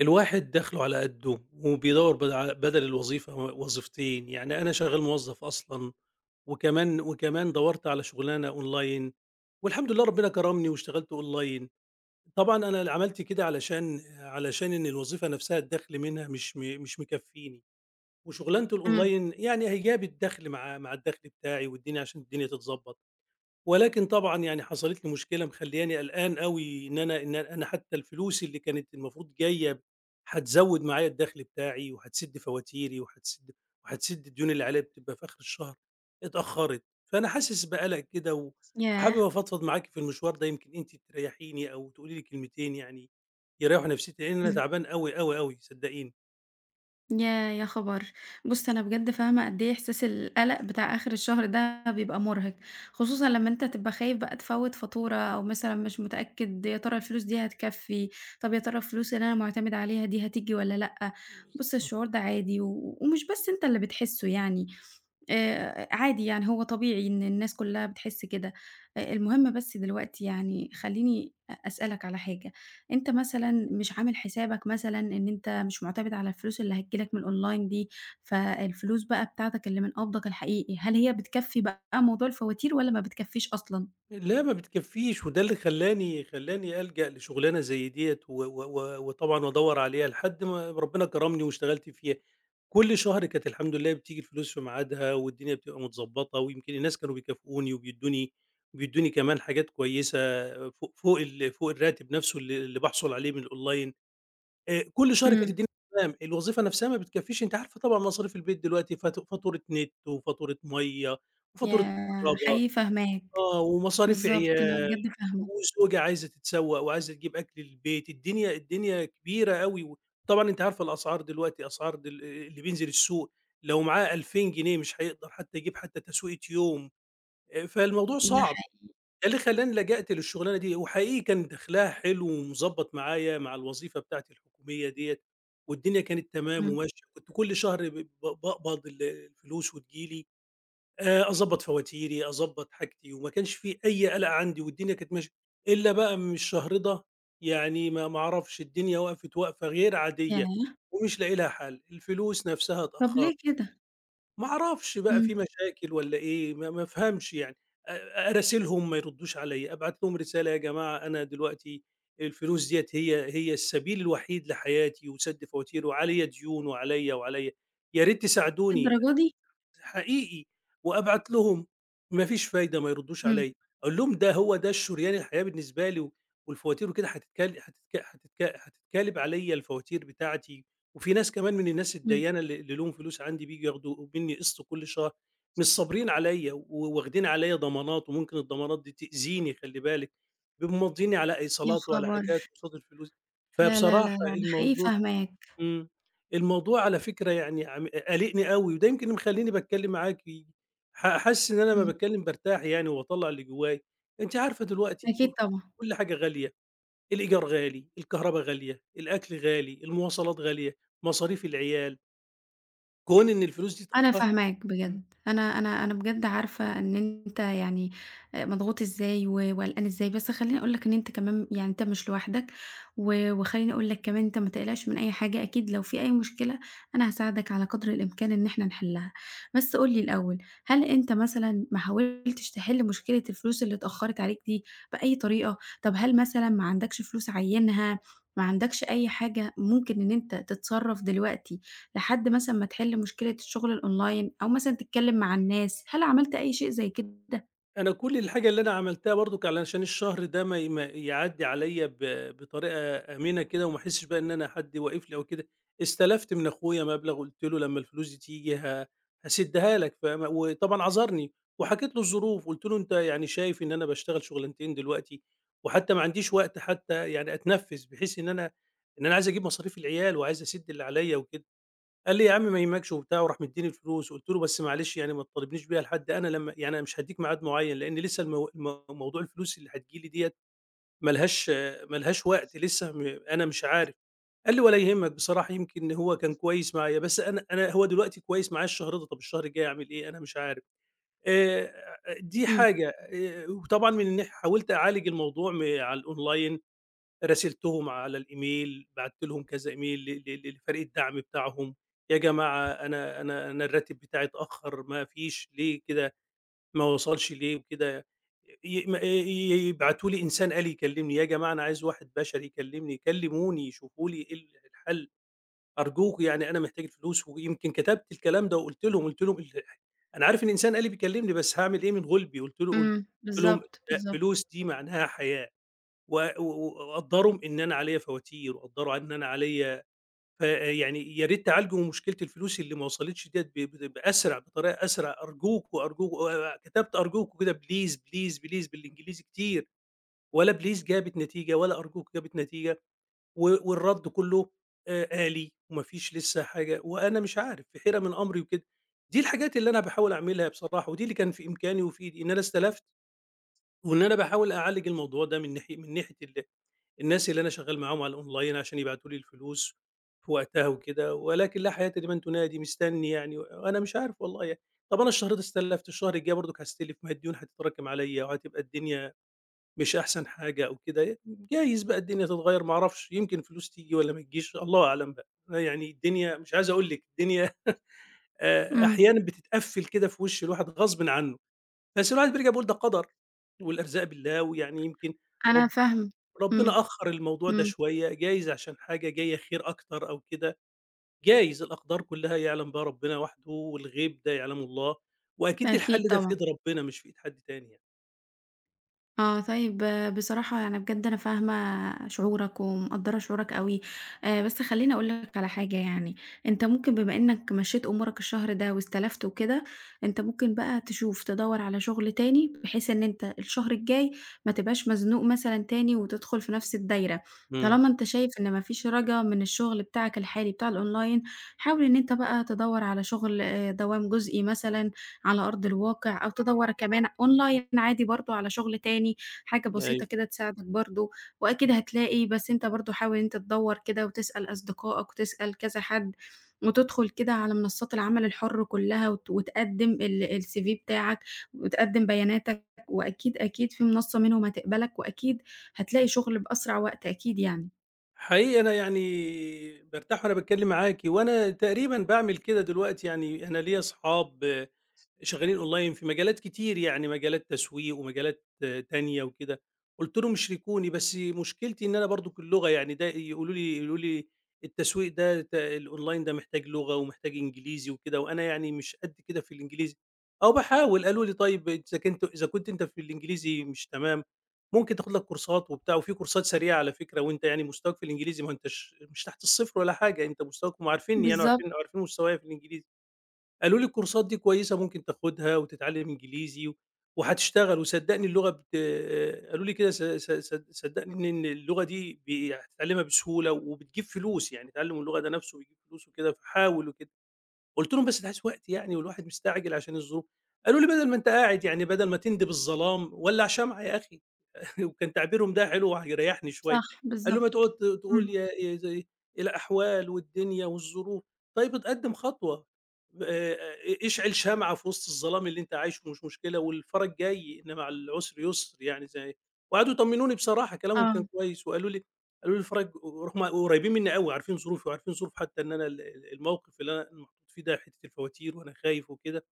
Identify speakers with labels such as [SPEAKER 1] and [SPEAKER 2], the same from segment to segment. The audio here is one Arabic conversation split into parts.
[SPEAKER 1] الواحد دخله على قده وبيدوّر بد ع بدل الوظيفة وظيفتين، يعني أنا شغّال موظّف أصلًا وكمان دَوَرت على شُغلانة أونلاين والحمد لله ربنا كرَمني واشتغلت أونلاين. طبعًا أنا اللي عملت كده علشان إن الوظيفة نَفْسها الدَخْل منها مش مكفّيني وشُغلانة
[SPEAKER 2] إمم،
[SPEAKER 1] الأونلاين يعني هي جابت دَخْل مع الدَخْل بتاعي والدنيا عشان الدنيا تتضبّط. ولكن طبعًا يعني حصلت لي مشكلة مخلّياني قلقان أوي إن أنا حتى الفلوس اللي كانت المفروض جاية هتزوّد معايا الدخل بتاعي وهتسِد فواتيري وهتسِد الديون اللي عليّا بتبقى في آخر الشهر، اتأخّرت. فأنا حاسس بقلق كده
[SPEAKER 2] ياه!
[SPEAKER 1] وحابب أفضفض معاكِ في المشوار ده يمكن أنتِ تريّحيني أو تقولي لي كلمتين يعني يريّحوا نفسيتي، لإن أنا
[SPEAKER 2] إمم،
[SPEAKER 1] تعبان أوي، أوي، أوي صدّقيني.
[SPEAKER 2] ياه! يا خبر! بُص أنا بجد فاهمة قد إيه إحساس القلق بتاع آخر الشهر ده بيبقى مرهق، خصوصًا لمّا أنت تبقى خايف بقى تفوّت فاتورة أو مثلًا مش متأكد يا ترى الفلوس دي هتكفّي، طب يا ترى الفلوس اللي أنا معتمد عليها دي هتيجي والّا لأ؟ بُص الشعور ده عادي ومش بس أنت اللي بتحسه يعني. عادي يعني هو طبيعي إن الناس كلّها بتحس كده، المهم بس دلوقتي يعني خلّيني أسألك على حاجة، أنت مثلًا مش عامل حسابك مثلًا إن أنت مش مُعتمد على الفلوس اللي هتيجي لك من الأونلاين دي، فالفلوس بقى بتاعتك اللي من قبضك الحقيقي، هل هي بتكفّي بقى موضوع الفواتير والّا ما بتكفّيش أصلًا؟
[SPEAKER 1] لأ، ما بتكفّيش، وده اللي خلّاني ألجأ لشُغلانة زي ديّة و و و وطبعًا وادوّر عليها لحد ما ربنا كرمني واشتغلت فيها. كل شهر كانت الحمد لله بتيجي الفلوس في ميعادها والدنيا بتبقى متضبّطة، ويمكن الناس كانوا بيكافئوني وبيدّوني كمان حاجات كويسة فوق الراتب نَفْسه اللي باحصل عليه من الأونلاين. كل شهر كانت
[SPEAKER 2] إمم.
[SPEAKER 1] الدنيا تمام، الوظيفة نَفْسها ما بتكفّيش، أنتِ عارفة طبعًا مصاريف البيت دلوقتي فاتورة نت وفاتورة مَيّة وفاتورة
[SPEAKER 2] ياه!
[SPEAKER 1] كهربا.
[SPEAKER 2] حقيقي فاهماك،
[SPEAKER 1] آه، ومصاريف
[SPEAKER 2] بالضبط أنا
[SPEAKER 1] عيال
[SPEAKER 2] بجد فاهمة،
[SPEAKER 1] وزوجة عايزة تتسوّق وعايزة تجيب أكل للبيت، الدنيا الدنيا كبيرة أوي، وطبعًا أنتِ عارفة الأسعار دلوقتي أسعار دل اللي بينزل السوق لو معاه 2000 جنيه مش هيقدر حتى يجيب حتى تسويقة يوم، فالموضوع
[SPEAKER 2] ده
[SPEAKER 1] صعب،
[SPEAKER 2] حقيقي،
[SPEAKER 1] ده اللي خلّاني لجأت للشغلانة دي، وحقيقي كان دخلها حلو ومضبّط معايا مع الوظيفة بتاعتي الحكومية ديّة، والدنيا كانت تمام
[SPEAKER 2] إمم،
[SPEAKER 1] وماشية، كنت كل شهر ب ب باقبض الفلوس وتيجي لي، أضبّط فواتيري، أضبّط حاجتي، وما كانش في أي قلق عندي والدنيا كانت ماشية، إلّا بقى من الشهر ده يعني ما أعرفش الدنيا وقفت وقفة غير عادية
[SPEAKER 2] ياه!
[SPEAKER 1] ومش لاقي لها حل، الفلوس نَفْسها
[SPEAKER 2] طَب
[SPEAKER 1] اتأخّرت،
[SPEAKER 2] ليه كده؟
[SPEAKER 1] ما أعرفش بقى
[SPEAKER 2] إمم،
[SPEAKER 1] في مشاكل والّا إيه، ما أفهمش يعني، أراسلهم ما يردّوش عليّا، أبعت لهم رسالة يا جماعة أنا دلوقتي الفلوس ديّة هي السبيل الوحيد لحياتي وسَدْ فواتير وعليّا ديون وعليّا، وعليّا، يا ريت تساعدوني.
[SPEAKER 2] للدرجة دي؟
[SPEAKER 1] حقيقي، وأبعت لهم ما فيش فايدة ما يردوش
[SPEAKER 2] إمم،
[SPEAKER 1] عليَّ، أقول لهم ده هو ده الشُريان الحياة بالنسبة لي، والفواتير وكده هتتكل هتتك هتتك هتتكالب عليَّ الفواتير بتاعتي، وفي ناس كمان من الناس
[SPEAKER 2] إمم،
[SPEAKER 1] الديّانة اللي لهم فلوس عندي بييجوا ياخدوا مني قسط كل شهر، مش صابرين عليَّ واخدين عليَّ ضمانات، وممكن الضمانات دي تأذيني خلّي بالِك، بيبقوا ماضييني على
[SPEAKER 2] يا
[SPEAKER 1] إيصالات وعلى
[SPEAKER 2] خبر!
[SPEAKER 1] حاجات قصاد الفلوس،
[SPEAKER 2] لا، لا،
[SPEAKER 1] فبصراحة
[SPEAKER 2] لا، لا، أنا حقيقي
[SPEAKER 1] الموضوع
[SPEAKER 2] فاهماك،
[SPEAKER 1] إمم. الموضوع على فكرة يعني قالقني أوي، وده يمكن اللي مخلّيني باتكلّم معاكِ، حاسس إن أنا لمّا
[SPEAKER 2] إمم،
[SPEAKER 1] باتكلّم بارتاح يعني وباطلّع اللي جوّايا. أنتِ عارفة دلوقتي
[SPEAKER 2] أكيد طبعًا.
[SPEAKER 1] كل حاجة غالية، الإيجار غالي، الكهربا غالية، الأكل غالي، المواصلات غالية، مصاريف العيال، كون إن الفلوس دي
[SPEAKER 2] أنا
[SPEAKER 1] اتأخّرت.
[SPEAKER 2] فاهماك
[SPEAKER 1] إمم.
[SPEAKER 2] بجد، أنا بجد عارفة إن أنت يعني مضغوط إزاي وقلقان إزاي، بس خلّيني أقول لك إن أنت كمان يعني أنت مش لوحدك، وخلّيني أقول لك كمان أنت ما تقلقش من أي حاجة، أكيد لو في أي مشكلة أنا هاساعدك على قدر الإمكان إن إحنا نحلها. بس قُل لي الأول، هل أنت مثلًا ما حاولتش تحل مشكلة الفلوس اللي اتأخرت عليك دي بأي طريقة؟ طب هل مثلًا ما عندكش فلوس عينها، ما عندكش أي حاجة ممكن إن أنت تتصرف دلوقتي لحد مثلًا ما تحل مشكلة الشغل الأونلاين أو مثلًا تتكلم مع الناس، هل عملت أي شيء زي كده؟
[SPEAKER 1] أنا كل الحاجة اللي أنا عملتها برضُك علشان الشهر ده ما يعدّي عليَّ بطريقة آمنة كده وما أحسّش بقى إن أنا حد واقف لي أو كده، استلفت من أخويا مبلغ قُلت له لمّا الفلوس دي تيجي هاسدّها لك، فاهم، وطبعًا عذرني وحكيت له الظروف، قُلت له: "أنت يعني شايف إن أنا باشتغل شغلانتين دلوقتي وحتى ما عنديش وقت حتى يعني أتنفّس بحيث إن أنا عايز أجيب مصاريف العيال وعايز أسِد اللي عليَّ وكده." قال لي: "يا عم ما يهمكش،" وبتاع وراح مدّيني الفلوس، قُلت له: "بس معلش يعني ما تطالبنيش بيها لحد أنا لمّا يعني أنا مش هادّيك ميعاد معيّن، لإن لسه المو المو موضوع الفلوس اللي هتيجي لي ديّة ما لهاش ما لهاش وقت لسه أنا مش عارف." قال لي: "ولا يهمك بصراحة يمكن هو كان كويس معايا، بس أنا هو دلوقتي كويس معايا الشهر ده، طَب الشهر الجاي أعمل إيه؟ أنا مش عارف." آآ دي
[SPEAKER 2] إمم،
[SPEAKER 1] حاجة، وطبعًا من الناح حاولت أعالج الموضوع على الأونلاين، راسلتهم على الإيميل، بعت لهم كذا إيميل ل ل لفريق الدعم بتاعهم، يا جماعة أنا الراتب بتاعي اتأخر ما فيش ليه كده، ما وصلش ليه وكده، ي م ي يبعتوا لي إنسان آلي يكلمني، يا جماعة أنا عايز واحد بشري يكلمني، كلموني شوفوا لي إيه الحل، أرجوكم يعني أنا محتاج الفلوس، ويمكن كتبت الكلام ده وقُلت لهم، قُلت لهم ال أنا عارف إن إنسان آلي بيكلمني بس هاعمل إيه من غُلبي، قُلت
[SPEAKER 2] إمم،
[SPEAKER 1] لهم
[SPEAKER 2] بالضبط، بالضبط،
[SPEAKER 1] فلوس دي معناها حياة. و و وقدّروا إن أنا عليّا فواتير، وقدّروا إن أنا عليّا فيعني يا ريت تعالجوا مشكلة الفلوس اللي ما وصلتش ديّة ب ب بأسرع بطريقة أسرع، أرجوكم، أرجوكم كتبت أرجوكم كده بليز، بليز، بليز بالإنجليزي كتير، ولا بليز جابت نتيجة ولا أرجوكم جابت نتيجة، والرد كُلّه آلي وما فيش لسه حاجة، وأنا مش عارف في حيرة من أمري وكده. دي الحاجات اللي أنا باحاول أعملها بصراحة، ودي اللي كان في إمكاني وفي إيدي، إن أنا استلفت، وإن أنا باحاول أعالج الموضوع ده من ناحية الناس اللي أنا شغّال معاهم على الأونلاين عشان يبعتوا لي الفلوس في وقتها وكده، ولكن لا حياة لمن تنادي، مستنّي يعني وأنا مش عارف والله يعني. طَب أنا الشهر ده استلّفت، الشهر الجاي برضُك هاستلف، ما هي الديون هتتراكم عليّا وهتبقى الدنيا مش أحسن حاجة أو كده، جايز بقى الدنيا تتغيّر ما أعرفش، يمكن فلوس تيجي والّا ما تجيش، الله أعلم بقى. يعني الدنيا مش عايز أقول لِك، الدنيا
[SPEAKER 2] إمم،
[SPEAKER 1] أحيانًا بتتقفّل كده في وِش الواحد غصبٍ عنّه، بس الواحد بيرجع بيقول ده قَدَر والأرزاق بالله ويعني يمكن
[SPEAKER 2] أنا
[SPEAKER 1] رب
[SPEAKER 2] فاهمة، إمم،
[SPEAKER 1] ربنا أخّر الموضوع ده
[SPEAKER 2] إمم،
[SPEAKER 1] شوية، جايز عشان حاجة جاية خير أكتر أو كده، جايز الأقدار كلّها يعلم بها ربنا وحده والغيب ده يعلمه الله، وأكيد الحل
[SPEAKER 2] أكيد
[SPEAKER 1] ده في إيد
[SPEAKER 2] طبعًا.
[SPEAKER 1] ربنا مش في إيد حد تاني يعني.
[SPEAKER 2] آه، طيب آه، بصراحة يعني بجد أنا فاهمة شعورك ومقدّرة شعورك أوي، بس خلّيني أقول لك على حاجة يعني، أنت ممكن بما إنك مشّيت أمورك الشهر ده واستلفت وكده، أنت ممكن بقى تشوف تدوّر على شغل تاني، بحيث إن أنت الشهر الجاي ما تبقاش مزنوق مثلًا تاني وتدخل في نفس الدايرة،
[SPEAKER 1] إمم،
[SPEAKER 2] طالما أنت شايف إن ما فيش رجا من الشغل بتاعك الحالي بتاع الأونلاين، حاول إن أنت بقى تدوّر على شغل دوام جزئي مثلًا على أرض الواقع أو تدوّر كمان أونلاين عادي برضه على شغل تاني، حاجة
[SPEAKER 1] أيوه.
[SPEAKER 2] بسيطة كده تساعدك برضه، وأكيد هتلاقي بس أنت برضه حاول إن أنت تدوّر كده وتسأل أصدقائك وتسأل كذا حد، وتدخل كده على منصات العمل الحُر كلّها وتقدّم الCV بتاعك وتقدّم بياناتك، وأكيد، أكيد في منصة منهم هتقبلك، وأكيد هتلاقي شغل بأسرع وقت أكيد يعني.
[SPEAKER 1] حقيقي أنا يعني بارتاح وأنا باتكلّم معاكِ، وأنا تقريبًا باعمل كده دلوقتي يعني أنا ليّا أصحاب شغالين أونلاين في مجالات كتير يعني مجالات تسويق ومجالات آه، تانية وكده، قُلت لهم شاركوني بس مشكلتي إن أنا برضه اللغة يعني ده يقولوا لي التسويق ده الأونلاين ده محتاج لغة ومحتاج إنجليزي وكده، وأنا يعني مش قد كده في الإنجليزي، أهو باحاول قالوا لي طيب إذا كنت أنت في الإنجليزي مش تمام ممكن تاخد لك كورسات وبتاع، وفي كورسات سريعة على فكرة وأنت يعني مستواك في الإنجليزي ما هو أنتش مش تحت الصفر ولا حاجة، أنت مستواك هُم عارفينّي يعني
[SPEAKER 2] بالضبط،
[SPEAKER 1] وعارفين مستوايا في الإنجليزي. قالوا لي الكورسات دي كويسة ممكن تاخدها وتتعلم إنجليزي وهتشتغل وصدّقني اللغة بت آه، قالوا لي كده س س صد صدّقني إن اللغة دي هتتعلمها بسهولة وبتجيب فلوس، يعني تعلم اللغة ده نَفْسه بيجيب فلوس وكده فحاول وكده. قُلت لهم: "بس ده عايز وقت يعني والواحد مستعجل عشان الظروف." قالوا لي: "بدل ما أنت قاعد يعني بدل ما تندب الظلام ولّع شمعة يا أخي." وكان تعبيرهم ده حلو وهيريحني شوية.
[SPEAKER 2] صح،
[SPEAKER 1] قالوا:
[SPEAKER 2] بالضبط،
[SPEAKER 1] "ما تقعد تقول
[SPEAKER 2] إمم،
[SPEAKER 1] يا زي الأحوال والدنيا والظروف، طيب اتقدّم خطوة، آآ اشعل شمعة في وسط الظلام اللي أنت عايشه مش مشكلة والفرج جاي إن مع العسر يسر." يعني زي وقعدوا يطمنوني بصراحة كلامهم كان
[SPEAKER 2] آه،
[SPEAKER 1] كويس وقالوا لي قالوا لي الفرج ورغم قريبين مني أوي، عارفين ظروفي وعارفين ظروف حتى إن أنا ال ال الموقف اللي أنا محطوط فيه ده حتّة الفواتير وأنا خايف وكده،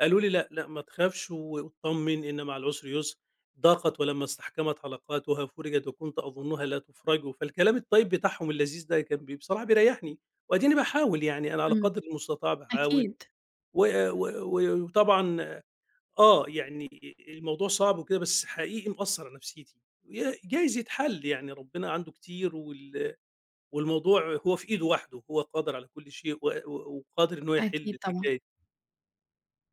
[SPEAKER 1] قالوا لي: "لأ، لأ ما تخافش واتطمن إن مع العسر يسر، ضاقت ولمّا استحكمت علاقاتها فرجت وكنت أظنها لا تُفرج." فالكلام الطيب بتاعهم اللذيذ ده كان بصراحة بيريحني، وأديني باحاول يعني أنا على
[SPEAKER 2] إمم،
[SPEAKER 1] قدر المستطاع باحاول
[SPEAKER 2] أكيد،
[SPEAKER 1] و و و وطبعًا يعني الموضوع صعب وكده بس حقيقي مأثّر على نفسيتي، جايز يتحل يعني ربنا عنده كتير والموضوع هو في إيده وحده، هو قادر على كل شيء و و وقادر إن هو يحل
[SPEAKER 2] أكيد طبعًا.
[SPEAKER 1] الحكاية.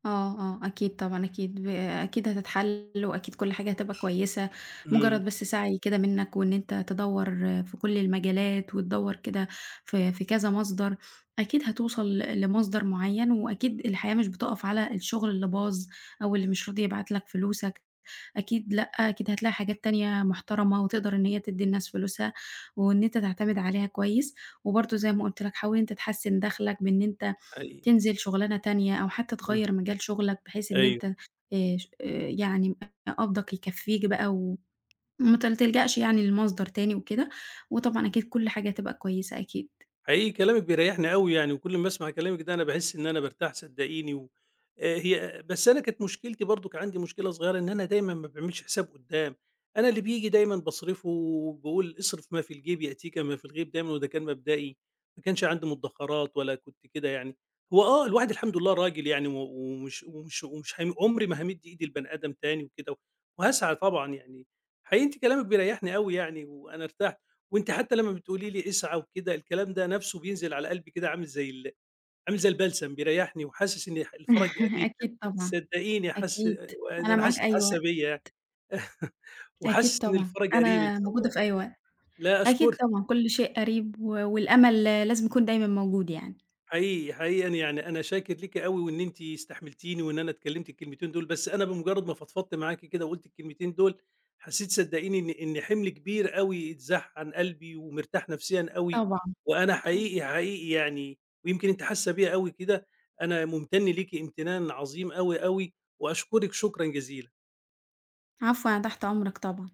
[SPEAKER 2] آه، آه، أكيد طبعًا، أكيد هتتحل وأكيد كل حاجة هتبقى كويسة،
[SPEAKER 1] إمم.
[SPEAKER 2] مجرّد بس سعي كده منّك وإن أنت تدوّر في كل المجالات وتدوّر كده في كذا مصدر، أكيد هتوصل لمصدر معيّن وأكيد الحياة مش بتقف على الشغل اللي باظ أو اللي مش راضي يبعت لك فلوسك، أكيد لأ، أكيد هتلاقي حاجات تانية محترمة وتقدر إن هي تدّي الناس فلوسها وإن أنت تعتمد عليها كويس، وبرضه زي ما قُلت لك حاول إن أنت تحسّن دخلك بإن أنت
[SPEAKER 1] حقيقي.
[SPEAKER 2] تنزل شُغلانة تانية أو حتى
[SPEAKER 1] إمم.
[SPEAKER 2] تغيّر مجال شُغلك بحيث إن
[SPEAKER 1] أيوه.
[SPEAKER 2] أنت ش يعني قبضك يكفّيك بقى وما تلجأش يعني لمصدر تاني وكده، وطبعًا أكيد كل حاجة هتبقى كويسة أكيد.
[SPEAKER 1] حقيقي كلامِك بيريّحني أوي يعني، وكل أمّا أسمع كلامِك ده أنا باحس إن أنا بارتاح صدّقيني و هي بس أنا كانت مشكلتي برضُك عندي مشكلة صغيرة إن أنا دايمًا ما باعملش حساب قُدّام، أنا اللي بييجي دايمًا باصرفه وباقول اصرف ما في الجيب يأتيك ما في الغيب دايمًا وده كان مبدئي، ما كانش عندي مدّخرات ولا كنت كده يعني. هو الواحد الحمد لله راجل يعني و ومش ومش ومش هامي عمري ما هامِد إيدي لبني آدم تاني وكده، وهاسعى طبعًا يعني. حقيقي أنتِ كلامِك بيريّحني أوي يعني وأنا ارتحت. وأنتِ حتى لمّا بتقولي لي اسعى وكده، الكلام ده نَفْسه بينزل على قلبي كده عامل زي البلسم بيريّحني وحاسس إن الفرج قريب
[SPEAKER 2] أكيد طبعًا،
[SPEAKER 1] صدّقيني حاسس
[SPEAKER 2] أكيد.
[SPEAKER 1] يعني
[SPEAKER 2] أنا
[SPEAKER 1] أنا
[SPEAKER 2] معاك
[SPEAKER 1] حاسس
[SPEAKER 2] أي
[SPEAKER 1] حاسة
[SPEAKER 2] وقت،
[SPEAKER 1] بيّا يعني
[SPEAKER 2] أكيد
[SPEAKER 1] وحاسس إن
[SPEAKER 2] طبعًا.
[SPEAKER 1] الفرج قريب إن
[SPEAKER 2] أنا
[SPEAKER 1] شاء
[SPEAKER 2] موجودة
[SPEAKER 1] الله.
[SPEAKER 2] في أي وقت.
[SPEAKER 1] لا
[SPEAKER 2] أكيد
[SPEAKER 1] أشكرِك.
[SPEAKER 2] طبعًا، كل شيء قريب والأمل لازم يكون دايمًا موجود يعني.
[SPEAKER 1] حقيقي، حقيقي يعني أنا شاكر ليكِ أوي وإن أنتِ استحملتيني وإن أنا اتكلمت الكلمتين دول، بس أنا بمجرد ما فضفضت معاكِ كده وقُلت الكلمتين دول، حسيت صدقيني إن حمل كبير أوي اتزاح عن قلبي ومرتاح نفسيًا أوي،
[SPEAKER 2] طبعًا،
[SPEAKER 1] وأنا
[SPEAKER 2] طبعًا.
[SPEAKER 1] حقيقي، حقيقي يعني ويمكن أنتِ حاسة بيّا أوي كده، أنا ممتن ليكِ امتنان عظيم أوي، أوي وأشكرِك شكرًا جزيلًا.
[SPEAKER 2] عفوًا، أنا تحت أمرك طبعًا.